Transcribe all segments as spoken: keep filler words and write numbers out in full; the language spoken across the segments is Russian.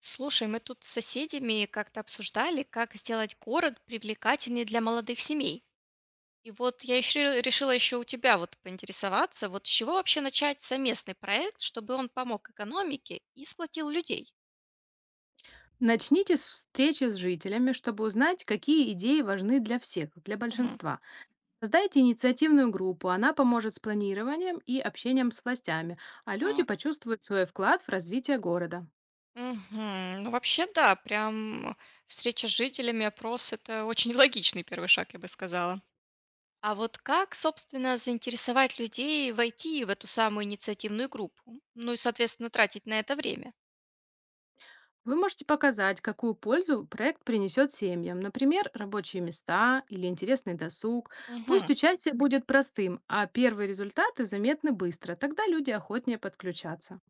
Слушай, мы тут с соседями как-то обсуждали, как сделать город привлекательнее для молодых семей. И вот я еще решила еще у тебя вот поинтересоваться, вот с чего вообще начать совместный проект, чтобы он помог экономике и сплотил людей? Начните с встречи с жителями, чтобы узнать, какие идеи важны для всех, для Мгм. большинства. Создайте инициативную группу, она поможет с планированием и общением с властями, а люди Так. почувствуют свой вклад в развитие города. Мгм. Ну вообще да, прям встреча с жителями, опрос– это очень логичный первый шаг, я бы сказала. А вот как, собственно, заинтересовать людей войти в эту самую инициативную группу? Ну и, соответственно, тратить на это время? Вы можете показать, какую пользу проект принесет семьям, например, рабочие места или интересный досуг. Пусть Мгм. участие будет простым, а первые результаты заметны быстро, тогда люди охотнее подключаться.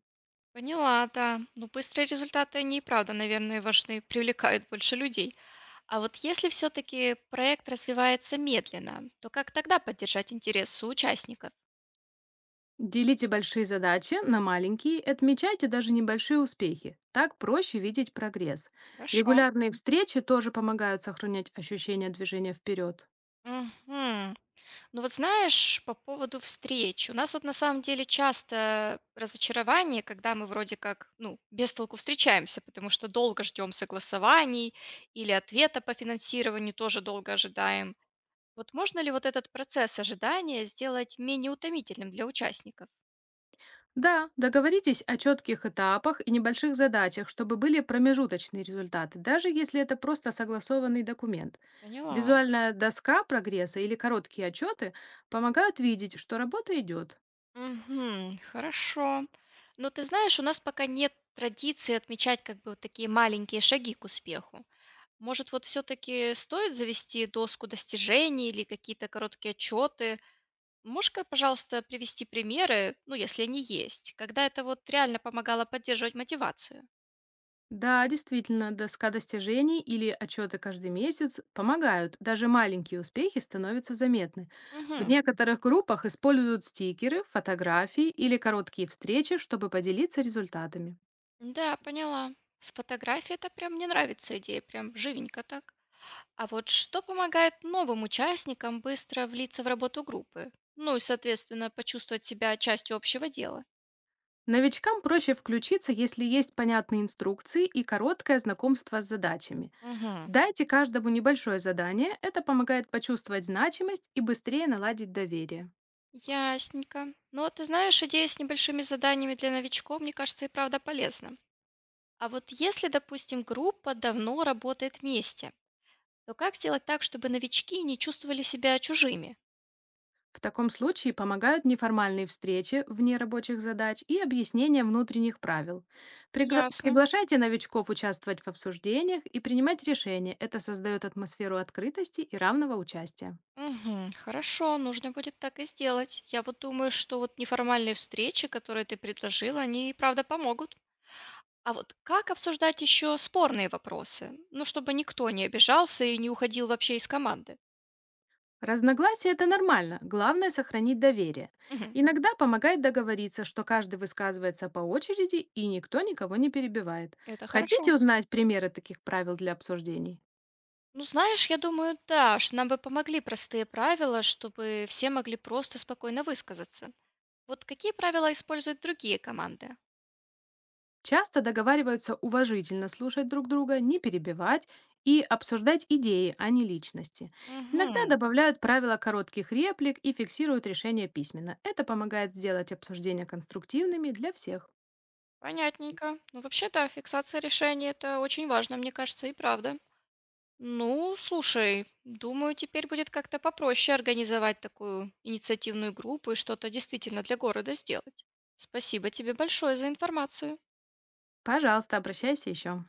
Поняла, да. Ну, быстрые результаты, они и правда, наверное, важны, привлекают больше людей. А вот если все-таки проект развивается медленно, то как тогда поддержать интерес у участников? Делите большие задачи на маленькие, и отмечайте даже небольшие успехи. Так проще видеть прогресс. Хорошо. Регулярные встречи тоже помогают сохранять ощущение движения вперед. Мгм. Ну вот знаешь, по поводу встреч. У нас вот на самом деле часто разочарование, когда мы вроде как, ну, без толку встречаемся, потому что долго ждем согласований или ответа по финансированию тоже долго ожидаем. Вот можно ли вот этот процесс ожидания сделать менее утомительным для участников? Да, договоритесь о четких этапах и небольших задачах, чтобы были промежуточные результаты, даже если это просто согласованный документ. Поняла. Визуальная доска прогресса или короткие отчеты помогают видеть, что работа идет. Мгм. Хорошо. Но ты знаешь, у нас пока нет традиции отмечать как бы вот такие маленькие шаги к успеху. Может, вот все-таки стоит завести доску достижений или какие-то короткие отчеты? Можешь, ка, пожалуйста, привести примеры, ну, если они есть, когда это вот реально помогало поддерживать мотивацию? Да, действительно, доска достижений или отчеты каждый месяц помогают. Даже маленькие успехи становятся заметны. В Мгм. некоторых группах используют стикеры, фотографии или короткие встречи, чтобы поделиться результатами. Да, поняла. С фотографией это прям мне нравится идея, прям живенько так. А вот что помогает новым участникам быстро влиться в работу группы? Ну и, соответственно, почувствовать себя частью общего дела. Новичкам проще включиться, если есть понятные инструкции и короткое знакомство с задачами. Угу. Дайте каждому небольшое задание, это помогает почувствовать значимость и быстрее наладить доверие. Ясненько. Ну, вот ты знаешь, идея с небольшими заданиями для новичков, мне кажется, и правда полезна. А вот если, допустим, группа давно работает вместе, то как сделать так, чтобы новички не чувствовали себя чужими? В таком случае помогают неформальные встречи вне рабочих задач и объяснение внутренних правил. Пригла- Ясно. Приглашайте новичков участвовать в обсуждениях и принимать решения. Это создает атмосферу открытости и равного участия. Угу, хорошо, нужно будет так и сделать. Я вот думаю, что вот неформальные встречи, которые ты предложила, они и правда помогут. А вот как обсуждать еще спорные вопросы? Ну, чтобы никто не обижался и не уходил вообще из команды. Разногласия– это нормально, главное– сохранить доверие. Мгм. Иногда помогает договориться, что каждый высказывается по очереди и никто никого не перебивает. Это Хотите хорошо. узнать примеры таких правил для обсуждений? Ну, знаешь, я думаю, да, ш- нам бы помогли простые правила, чтобы все могли просто спокойно высказаться. Вот какие правила используют другие команды? Часто договариваются уважительно слушать друг друга, не перебивать и обсуждать идеи, а не личности. Иногда Угу, добавляют правила коротких реплик и фиксируют решение письменно. Это помогает сделать обсуждения конструктивными для всех. понятненько. Ну, вообще, да, фиксация решений– это очень важно, мне кажется, и правда. Ну, слушай, думаю, теперь будет как-то попроще организовать такую инициативную группу и что-то действительно для города сделать. Спасибо тебе большое за информацию. Пожалуйста, обращайся еще.